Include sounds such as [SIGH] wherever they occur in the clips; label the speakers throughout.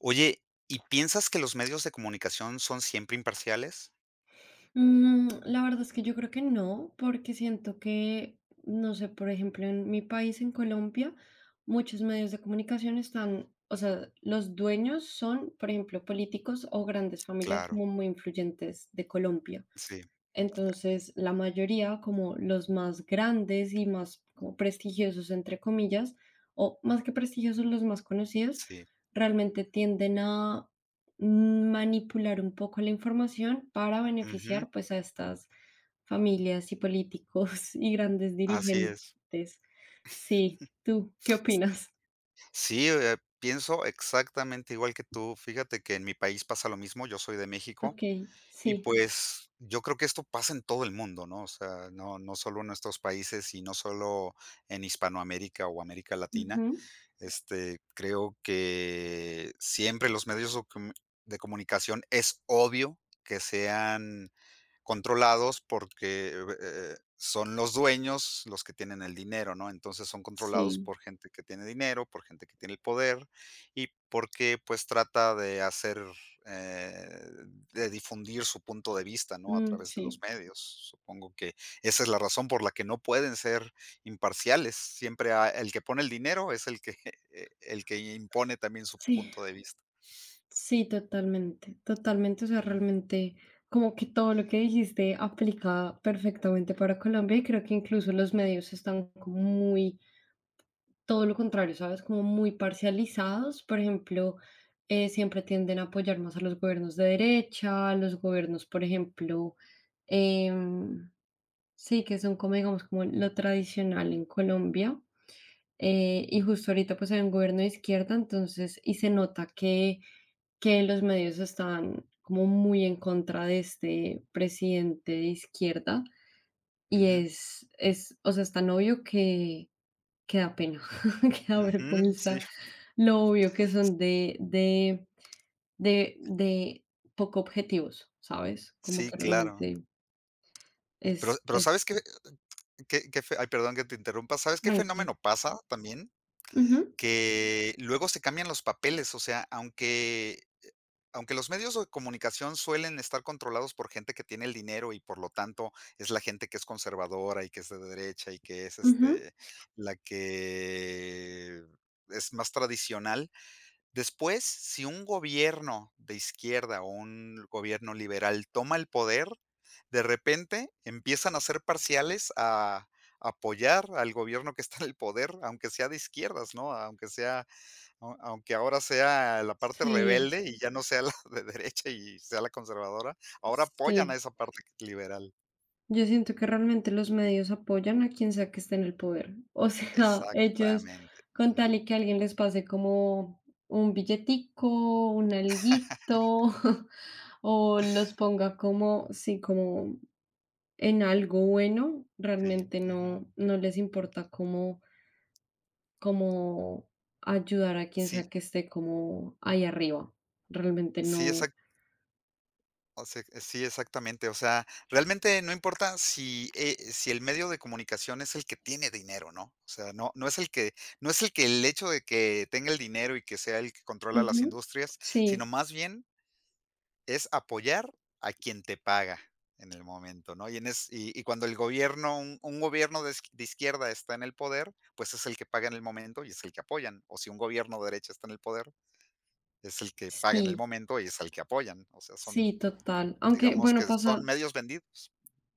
Speaker 1: Oye, ¿y piensas que los medios de comunicación son siempre imparciales?
Speaker 2: La verdad es que yo creo que no, porque siento que, no sé, por ejemplo, en mi país, en Colombia, muchos medios de comunicación están, o sea, los dueños son, por ejemplo, políticos o grandes familias
Speaker 1: Claro,
Speaker 2: como muy influyentes de Colombia.
Speaker 1: sí, ca
Speaker 2: Entonces, la mayoría, como los más grandes y más como prestigiosos, entre comillas, o más que prestigiosos, los más conocidos,
Speaker 1: sí,
Speaker 2: realmente tienden a manipular un poco la información para
Speaker 1: ujú,
Speaker 2: beneficiar pues a estas familias y políticos [LAUGHS] y grandes
Speaker 1: así es.
Speaker 2: dirigentes. Sí, ¿tú qué opinas?
Speaker 1: Sí, pienso exactamente igual que tú. Fíjate que en mi país pasa lo mismo, yo soy de México,
Speaker 2: Ok,
Speaker 1: y
Speaker 2: sí.
Speaker 1: pues, yo creo que esto pasa en todo el mundo, ¿no? O sea, no solo en nuestros países y no solo en Hispanoamérica o América Latina.
Speaker 2: Ujú.
Speaker 1: Creo que siempre los medios de comunicación es obvio que sean controlados porque, son los dueños los que tienen el dinero, ¿no? Entonces, son controlados
Speaker 2: Sí,
Speaker 1: por gente que tiene dinero, por gente que tiene el poder y porque, pues, trata de hacer, eh, de difundir su punto de vista, ¿no? A
Speaker 2: mm,
Speaker 1: través de los
Speaker 2: sí.
Speaker 1: medios. Supongo que esa es la razón por la que no pueden ser imparciales. Siempre a el que pone el dinero es el que [LAUGHS] el que impone también su
Speaker 2: Sí.
Speaker 1: punto de vista.
Speaker 2: Sí, totalmente, totalmente. O sea,
Speaker 1: Ujú,
Speaker 2: realmente como que todo lo que dijiste aplica perfectamente para Colombia y creo que incluso los medios están como muy, todo lo contrario, ¿sabes? Como muy parcializados. Por ejemplo, siempre tienden a apoyar más a los gobiernos de derecha, a los gobiernos, por ejemplo, em, sí, que son como digamos como lo tradicional en Colombia. Y justo ahorita pues hay un gobierno de izquierda, entonces, y se nota que los medios están como muy en contra de este presidente de izquierda y
Speaker 1: ujú,
Speaker 2: es o sea, es tan obvio que da pena, [LAUGHS] que da
Speaker 1: ujú, sí,
Speaker 2: vergüenza, lo obvio que son de, de poco objetivos, ¿sabes? Como
Speaker 1: sí,
Speaker 2: que
Speaker 1: claro.
Speaker 2: realmente
Speaker 1: Pero
Speaker 2: es,
Speaker 1: pero,
Speaker 2: es
Speaker 1: ¿sabes qué? Qué qué fe ay, perdón que te interrumpa, ¿sabes qué
Speaker 2: tranqui.
Speaker 1: fenómeno pasa también?
Speaker 2: Ujú,
Speaker 1: Que luego se cambian los papeles, o sea, aunque los medios de comunicación suelen estar controlados por gente que tiene el dinero y, por lo tanto, es la gente que es conservadora y que es de derecha y que es,
Speaker 2: ujú.
Speaker 1: la que es más tradicional. Después, si un gobierno de izquierda o un gobierno liberal toma el poder, de repente empiezan a ser parciales a apoyar al gobierno que está en el poder, aunque sea de izquierdas, ¿no? Aunque sea au aunque ahora sea la parte
Speaker 2: Sí,
Speaker 1: rebelde y ya no sea la de derecha y sea la conservadora, ahora apoyan
Speaker 2: sí.
Speaker 1: a esa parte liberal.
Speaker 2: Yo siento que realmente los medios apoyan a quien sea que esté en el poder. O sea, [LAUGHS] ellos
Speaker 1: Exactamente.
Speaker 2: con tal
Speaker 1: Ujú.
Speaker 2: y que alguien les pase como un billetico, un alguito, [LAUGHS] o los ponga como, sí, como en algo bueno,
Speaker 1: Sí,
Speaker 2: realmente
Speaker 1: ujú.
Speaker 2: no, no les importa cómo ayudar a quien
Speaker 1: Sí,
Speaker 2: sea que esté como ahí arriba. Realmente
Speaker 1: sí,
Speaker 2: no.
Speaker 1: exactamente. O sea, sí, exactamente. O sea, realmente no importa si, si el medio de comunicación es el que tiene dinero, ¿no? O sea, no, no es el que el hecho de que tenga el dinero y que sea el que controla las
Speaker 2: Ujú.
Speaker 1: industrias, sino
Speaker 2: Sí,
Speaker 1: más bien es apoyar a quien te paga en el momento, ¿no? Y cuando el gobierno, un gobierno de, de izquierda está en el poder, pues es el que paga en el momento y es el que apoyan. O si un gobierno de derecha está en el poder, es el que paga en el
Speaker 2: sí,
Speaker 1: momento y es el que apoyan. O sea,
Speaker 2: sí,
Speaker 1: son
Speaker 2: total. Aunque,
Speaker 1: digamos
Speaker 2: bueno,
Speaker 1: que
Speaker 2: pasa.
Speaker 1: son medios vendidos,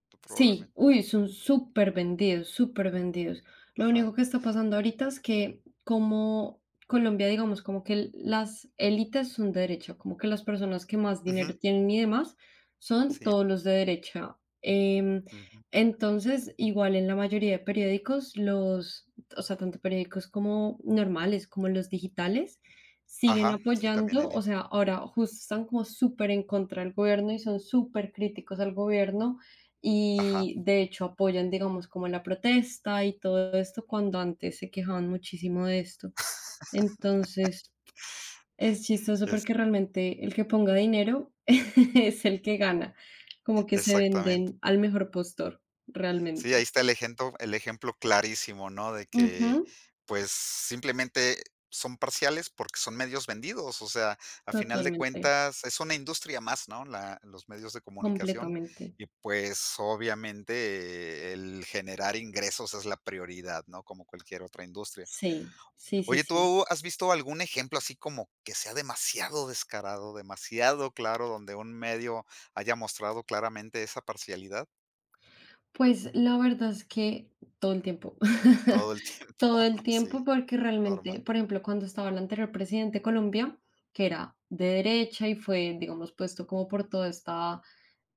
Speaker 1: tú
Speaker 2: Sí,
Speaker 1: probablemente.
Speaker 2: uy, son súper vendidos, súper vendidos. Lo
Speaker 1: Ajá.
Speaker 2: único que está pasando ahorita es que como Colombia, digamos, como que las élites son de derecha, como que las personas que más dinero
Speaker 1: Ujú,
Speaker 2: tienen y demás son
Speaker 1: sí,
Speaker 2: todos los de derecha. Em,
Speaker 1: ujú.
Speaker 2: entonces, igual en la mayoría de periódicos, los, o sea, tanto periódicos como normales, como los digitales, siguen
Speaker 1: Ajá, sí, también
Speaker 2: apoyando,
Speaker 1: en
Speaker 2: o
Speaker 1: él
Speaker 2: sea, ahora justo están como súper en contra del gobierno y son súper críticos al gobierno
Speaker 1: ajá,
Speaker 2: y de hecho apoyan, digamos, como la protesta y todo esto, cuando antes se quejaban muchísimo de esto. Entonces, es chistoso
Speaker 1: es
Speaker 2: porque realmente el que ponga dinero [LAUGHS] es el que gana, como que se
Speaker 1: exactamente.
Speaker 2: venden al mejor postor,
Speaker 1: Sí, ahí
Speaker 2: realmente.
Speaker 1: está el ejemplo clarísimo, ¿no? De que,
Speaker 2: Ujú,
Speaker 1: pues, simplemente son parciales porque son medios vendidos, o sea, a final de
Speaker 2: totalmente,
Speaker 1: cuentas es una industria más, ¿no? La Los medios de comunicación
Speaker 2: completamente.
Speaker 1: y, pues, obviamente el generar ingresos es la prioridad, ¿no? Como cualquier otra industria.
Speaker 2: Sí, sí, sí,
Speaker 1: Oye,
Speaker 2: sí.
Speaker 1: ¿tú has visto algún ejemplo así como que sea demasiado descarado, demasiado claro, donde un medio haya mostrado claramente esa parcialidad
Speaker 2: Pues, la verdad es que todo el tiempo. [LAUGHS]
Speaker 1: todo el tiempo?
Speaker 2: Todo el
Speaker 1: [LAUGHS] Sí,
Speaker 2: tiempo, porque realmente,
Speaker 1: normal.
Speaker 2: por ejemplo, cuando estaba el anterior presidente de Colombia, que era de derecha y fue, digamos, puesto como por toda esta,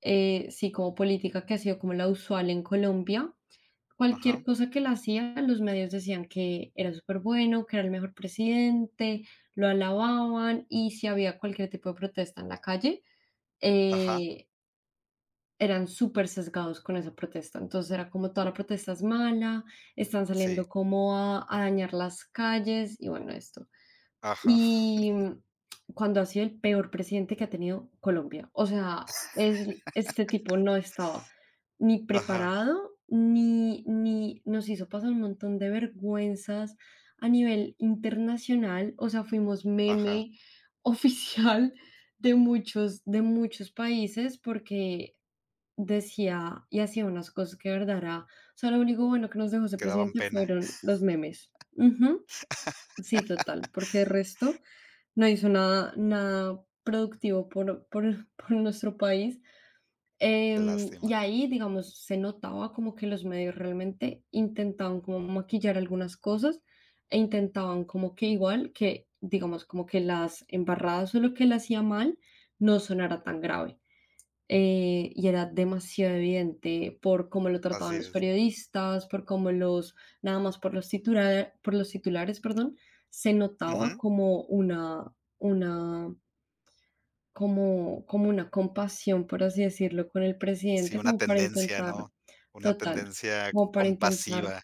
Speaker 2: sí, como política que ha sido como la usual en Colombia, cualquier
Speaker 1: Ajá,
Speaker 2: cosa que él hacía, los medios decían que era súper bueno, que era el mejor presidente, lo alababan, y si había cualquier tipo de protesta en la calle,
Speaker 1: ajá,
Speaker 2: eh, eran súper sesgados con esa protesta. Entonces era como toda la protesta es mala, están
Speaker 1: sí,
Speaker 2: saliendo como a dañar las calles y bueno, esto.
Speaker 1: ajá,
Speaker 2: Y cuando ha sido el peor presidente que ha tenido Colombia. O sea, este tipo no estaba ni
Speaker 1: ajá,
Speaker 2: preparado, ni nos hizo pasar un montón de vergüenzas a nivel internacional. O sea, fuimos
Speaker 1: ajá,
Speaker 2: meme [LAUGHS] oficial de muchos, países porque decía y hacía unas cosas que de verdad era o sea, lo único bueno que nos dejó ese
Speaker 1: que daban
Speaker 2: presidente
Speaker 1: pena,
Speaker 2: fueron los memes. Ujú. Sí, total, porque de resto no hizo nada nada productivo por [LAUGHS] por nuestro país.
Speaker 1: qué
Speaker 2: Em,
Speaker 1: lástima.
Speaker 2: y ahí, digamos, se notaba como que los medios realmente intentaban como maquillar algunas cosas e intentaban como que igual que, digamos, como que las embarradas o lo que él hacía mal no sonara tan grave y era demasiado evidente por cómo lo
Speaker 1: Así
Speaker 2: trataban los
Speaker 1: es.
Speaker 2: periodistas, por cómo los, nada más por los, por los titulares, perdón, se notaba
Speaker 1: Ujú.
Speaker 2: como una, como una compasión, por así decirlo, con el
Speaker 1: Sí,
Speaker 2: presidente,
Speaker 1: una
Speaker 2: como para
Speaker 1: tendencia,
Speaker 2: intentar,
Speaker 1: ¿no? Una
Speaker 2: total,
Speaker 1: tendencia
Speaker 2: como para intentar,
Speaker 1: compasiva.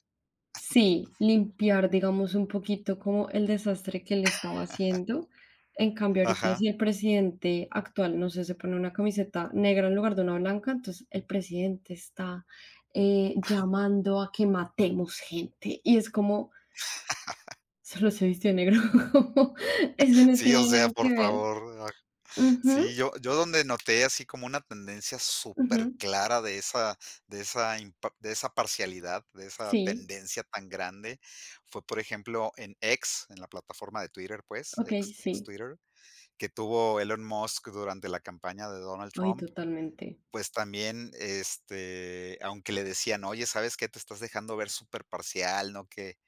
Speaker 2: sí, limpiar, digamos, un poquito como el desastre que él estaba haciendo. En cambio, ahorita si
Speaker 1: Ajá.
Speaker 2: el presidente actual, no sé, se pone una camiseta negra en lugar de una blanca, entonces el presidente está llamando a que matemos gente. Y es como, solo se vistió de negro, [LAUGHS] como, eso no
Speaker 1: Sí, o
Speaker 2: tiene nada
Speaker 1: sea,
Speaker 2: que
Speaker 1: por
Speaker 2: ver.
Speaker 1: favor. Sí,
Speaker 2: Ujú,
Speaker 1: yo donde noté así como una tendencia
Speaker 2: ujú.
Speaker 1: súper clara de esa impa de esa parcialidad, de esa
Speaker 2: Sí,
Speaker 1: tendencia tan grande, fue, por ejemplo, en X, en la plataforma de Twitter, pues,
Speaker 2: ok,
Speaker 1: ex
Speaker 2: sí.
Speaker 1: Twitter, que tuvo Elon Musk durante la campaña de Donald
Speaker 2: Ay,
Speaker 1: Trump.
Speaker 2: totalmente.
Speaker 1: Pues también, aunque le decían: "Oye, ¿sabes qué? Te estás dejando ver súper parcial, ¿no? Que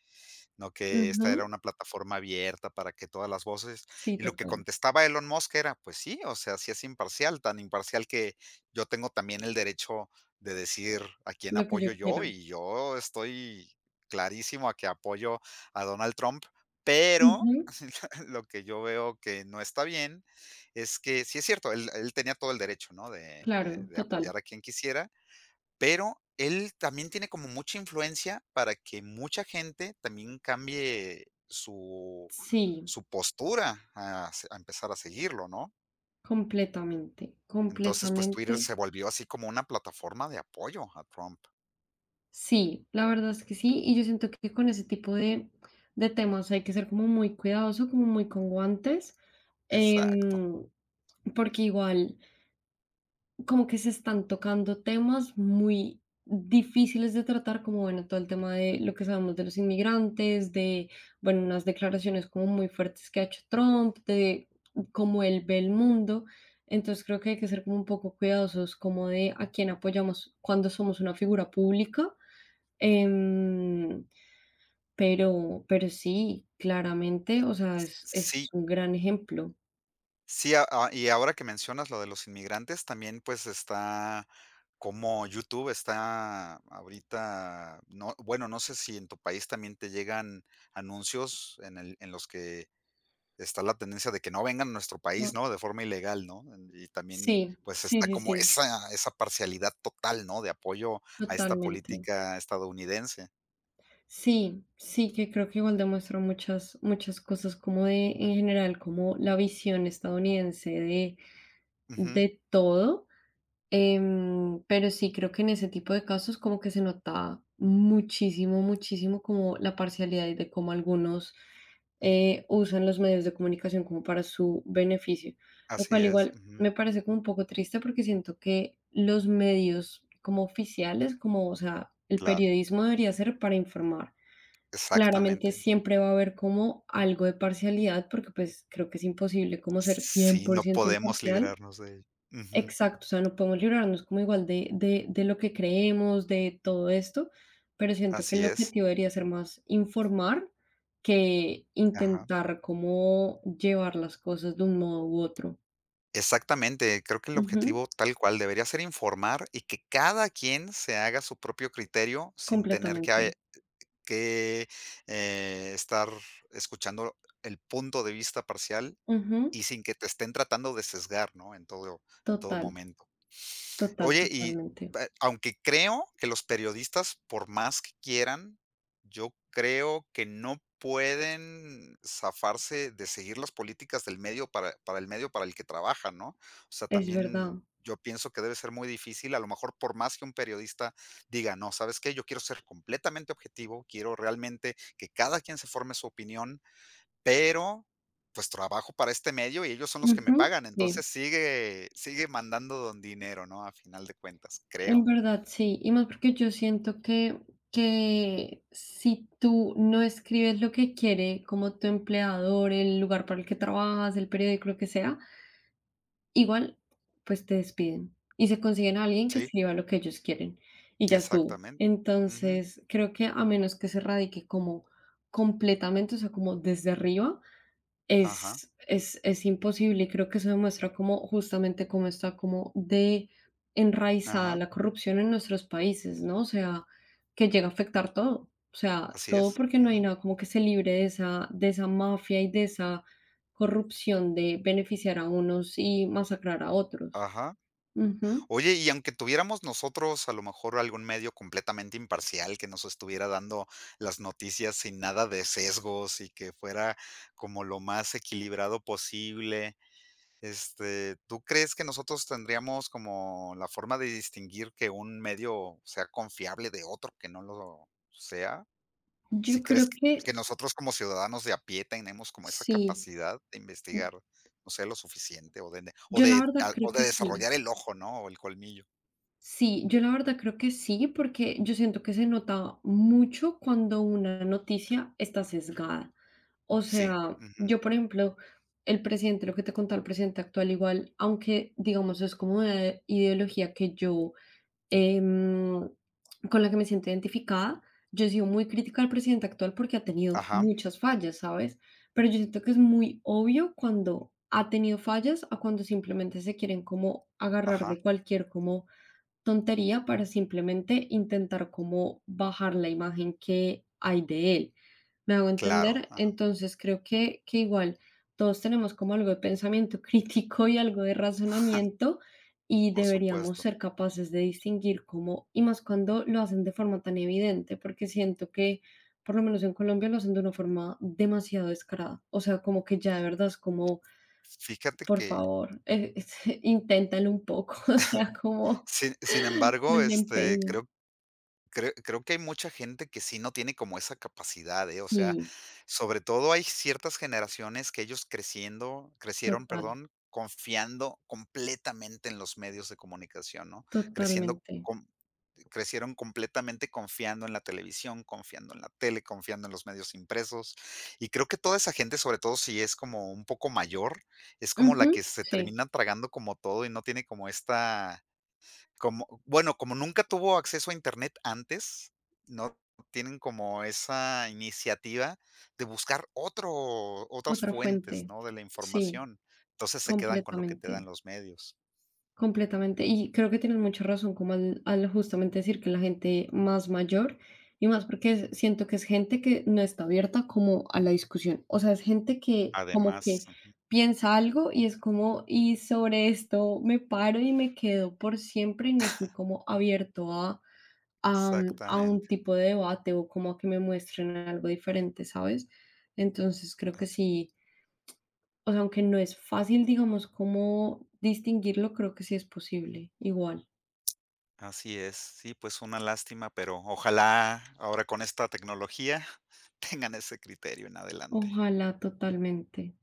Speaker 1: ¿No? Que
Speaker 2: Ujú.
Speaker 1: esta era una plataforma abierta para que todas las voces".
Speaker 2: Sí,
Speaker 1: Y lo que
Speaker 2: total.
Speaker 1: contestaba Elon Musk era, pues sí, o sea, sí es imparcial, tan imparcial que yo tengo también el derecho de decir a quién
Speaker 2: Lo que yo
Speaker 1: apoyo yo
Speaker 2: quiera.
Speaker 1: y yo estoy clarísimo a que apoyo a Donald Trump, pero
Speaker 2: Ujú.
Speaker 1: [LAUGHS] lo que yo veo que no está bien es que sí es cierto, él tenía todo el derecho, ¿no? De, de-
Speaker 2: Claro,
Speaker 1: de
Speaker 2: total.
Speaker 1: apoyar a quien quisiera, pero él también tiene como mucha influencia para que mucha gente también cambie su
Speaker 2: Sí,
Speaker 1: su postura a se a empezar a seguirlo, ¿no?
Speaker 2: completamente,
Speaker 1: Entonces, pues, Twitter
Speaker 2: completamente.
Speaker 1: se volvió así como una plataforma de apoyo a Trump.
Speaker 2: Sí, la verdad es que sí, y yo siento que con ese tipo de temas hay que ser como muy cuidadoso, como muy con guantes,
Speaker 1: Exacto.
Speaker 2: em, porque igual como que se están tocando temas muy difíciles de tratar, como bueno, todo el tema de lo que sabemos de los inmigrantes, de, bueno, unas declaraciones como muy fuertes que ha hecho Trump, de cómo él ve el mundo. Entonces creo que hay que ser como un poco cuidadosos, como de a quién apoyamos cuando somos una figura pública. Em, pero, sí, claramente, o sea, es
Speaker 1: Sí,
Speaker 2: un gran ejemplo.
Speaker 1: sí, a y ahora que mencionas lo de los inmigrantes, también, pues, está como YouTube está ahorita no, bueno, no sé si en tu país también te llegan anuncios en el en los que está la tendencia de que no vengan a nuestro país,
Speaker 2: Cua-
Speaker 1: ¿no? De forma ilegal, ¿no? Y también,
Speaker 2: Sí,
Speaker 1: pues,
Speaker 2: sí,
Speaker 1: está
Speaker 2: sí,
Speaker 1: como
Speaker 2: sí,
Speaker 1: esa parcialidad total, ¿no? De apoyo a esta
Speaker 2: totalmente.
Speaker 1: política estadounidense.
Speaker 2: Sí, sí, que creo que igual demuestra muchas, muchas cosas como de, en general, como la visión estadounidense
Speaker 1: Ujú,
Speaker 2: de todo. Pero sí, creo que en ese tipo de casos como que se nota muchísimo, muchísimo como la parcialidad y de cómo algunos usan los medios de comunicación como para su beneficio, lo
Speaker 1: así
Speaker 2: cual
Speaker 1: es,
Speaker 2: igual
Speaker 1: ujú,
Speaker 2: me parece como un poco triste porque siento que los medios como oficiales, como, o sea, el
Speaker 1: claro,
Speaker 2: periodismo debería ser para informar. Claramente
Speaker 1: exactamente.
Speaker 2: siempre va a haber como algo de parcialidad, porque, pues, creo que es imposible como ser cien
Speaker 1: Sí,
Speaker 2: por
Speaker 1: no
Speaker 2: ciento
Speaker 1: podemos
Speaker 2: imparcial.
Speaker 1: librarnos de ello. Ujú,
Speaker 2: Exacto, o sea, no podemos librarnos como igual de de lo que creemos, de todo esto, pero siento que
Speaker 1: así
Speaker 2: el
Speaker 1: es,
Speaker 2: objetivo debería ser más informar que
Speaker 1: ajá.
Speaker 2: intentar como llevar las cosas de un modo u otro.
Speaker 1: Exactamente, creo que el
Speaker 2: Ujú,
Speaker 1: objetivo tal cual debería ser informar y que cada quien se haga su propio criterio sin tener que
Speaker 2: completamente.
Speaker 1: que, estar escuchando el punto de vista parcial
Speaker 2: Ujú,
Speaker 1: y sin que te estén tratando de sesgar, ¿no? En todo
Speaker 2: total,
Speaker 1: momento.
Speaker 2: total,
Speaker 1: Oye, y
Speaker 2: totalmente.
Speaker 1: pa aunque creo que los periodistas, por más que quieran, yo creo que no pueden zafarse de seguir las políticas del medio para el medio para el que trabajan, ¿no? O sea,
Speaker 2: Es
Speaker 1: también
Speaker 2: verdad.
Speaker 1: yo pienso que debe ser muy difícil, a lo mejor, por más que un periodista diga: "No, ¿sabes qué? Yo quiero ser completamente objetivo, quiero realmente que cada quien se forme su opinión", pero, pues, trabajo para este medio y ellos son los que me
Speaker 2: Ujú,
Speaker 1: pagan,
Speaker 2: sí.
Speaker 1: entonces sigue mandando don dinero, ¿no? A final de cuentas,
Speaker 2: En
Speaker 1: creo.
Speaker 2: verdad, sí, y más porque yo siento que, si tú no escribes lo que quiere, como tu empleador, el lugar para el que trabajas, el periódico, lo que sea, igual, pues te despiden y se consiguen a alguien que
Speaker 1: Sí,
Speaker 2: escriba lo que ellos quieren y ya estuvo.
Speaker 1: exactamente. Ujú.
Speaker 2: Entonces, creo que a menos que se radique como completamente, o sea, como desde arriba,
Speaker 1: Ajá,
Speaker 2: es imposible, y creo que eso demuestra como justamente, cómo está como de enraizada
Speaker 1: ajá,
Speaker 2: la corrupción en nuestros países, ¿no? O sea, que llega a afectar todo. O sea,
Speaker 1: así
Speaker 2: todo
Speaker 1: es.
Speaker 2: porque no hay
Speaker 1: Ujú.
Speaker 2: nada como que se libre de esa mafia y de esa corrupción de beneficiar a unos y masacrar a otros.
Speaker 1: Ajá.
Speaker 2: Ujú.
Speaker 1: Oye, y aunque tuviéramos nosotros a lo mejor algún medio completamente imparcial que nos estuviera dando las noticias sin nada de sesgos y que fuera como lo más equilibrado posible. ¿Tú crees que nosotros tendríamos como la forma de distinguir que un medio sea confiable de otro que no lo sea?
Speaker 2: Yo
Speaker 1: ¿Si crees
Speaker 2: creo
Speaker 1: que
Speaker 2: que
Speaker 1: que nosotros como ciudadanos de a pie tenemos como esa
Speaker 2: sí.
Speaker 1: capacidad de investigar, no sé, lo suficiente o de
Speaker 2: Yo la verdad creo que sí.
Speaker 1: desarrollar el ojo, ¿no? O el colmillo.
Speaker 2: Sí, yo la verdad creo que sí, porque yo siento que se nota mucho cuando una noticia está sesgada. O
Speaker 1: Sí,
Speaker 2: sea,
Speaker 1: ujú.
Speaker 2: yo, por ejemplo, el presidente, lo que te contaba, el presidente actual, igual, aunque digamos es como una ideología que yo, em, con la que me siento identificada, yo he sido muy crítica al presidente actual porque ha tenido
Speaker 1: Ajá,
Speaker 2: muchas fallas, ¿sabes? Pero yo siento que es muy obvio cuando ha tenido fallas a cuando simplemente se quieren como agarrar
Speaker 1: ajá,
Speaker 2: de cualquier como tontería para simplemente intentar como bajar la imagen que hay de él. ¿Me hago
Speaker 1: claro,
Speaker 2: entender?
Speaker 1: ajá,
Speaker 2: Entonces creo que igual todos tenemos como algo de pensamiento [LAUGHS] crítico y algo de razonamiento y
Speaker 1: por
Speaker 2: deberíamos
Speaker 1: supuesto.
Speaker 2: ser capaces de distinguir cómo, y más cuando lo hacen de forma tan evidente, porque siento que por lo menos en Colombia lo hacen de una forma demasiado descarada. O sea, como que ya de verdad es como
Speaker 1: Fíjate
Speaker 2: por
Speaker 1: que,
Speaker 2: favor, [LAUGHS] inténtalo un poco, [LAUGHS] o sea, como
Speaker 1: sin embargo,
Speaker 2: un empeño.
Speaker 1: creo que hay mucha gente que sí no tiene como esa capacidad, ¿eh? O sea,
Speaker 2: Sí,
Speaker 1: sobre todo hay ciertas generaciones que ellos creciendo crecieron,
Speaker 2: total,
Speaker 1: perdón, confiando completamente en los medios de comunicación, ¿no? Creciendo
Speaker 2: totalmente.
Speaker 1: com Crecieron completamente confiando en la televisión, confiando en la tele, confiando en los medios impresos, y creo que toda esa gente, sobre todo si es como un poco mayor, es como la
Speaker 2: Ujú,
Speaker 1: que se
Speaker 2: sí,
Speaker 1: termina tragando como todo y no tiene como esta como bueno, como nunca tuvo acceso a Internet antes, no tienen como esa iniciativa de buscar otro otras
Speaker 2: otra
Speaker 1: fuentes,
Speaker 2: fuente.
Speaker 1: ¿no?, de la
Speaker 2: Sí,
Speaker 1: información. Entonces, se quedan con lo que te
Speaker 2: completamente,
Speaker 1: dan los medios.
Speaker 2: completamente. Y creo que tienes mucha razón como al justamente decir que la gente más mayor, y más porque es-
Speaker 1: Ujú.
Speaker 2: siento que es gente que no está abierta como a la discusión. O sea, es gente que como que
Speaker 1: Además
Speaker 2: piensa algo y es como, y sobre esto me paro y me quedo por siempre y no estoy como abierto a a un
Speaker 1: Exactamente,
Speaker 2: tipo de debate o como a que me muestren algo diferente, ¿sabes? Entonces creo que
Speaker 1: así
Speaker 2: sí, o sea, aunque no es fácil, digamos, como distinguirlo, creo que sí es posible, igual.
Speaker 1: así es. Sí, pues una lástima, pero ojalá ahora con esta tecnología [LAUGHS] tengan ese criterio en adelante.
Speaker 2: Ojalá totalmente.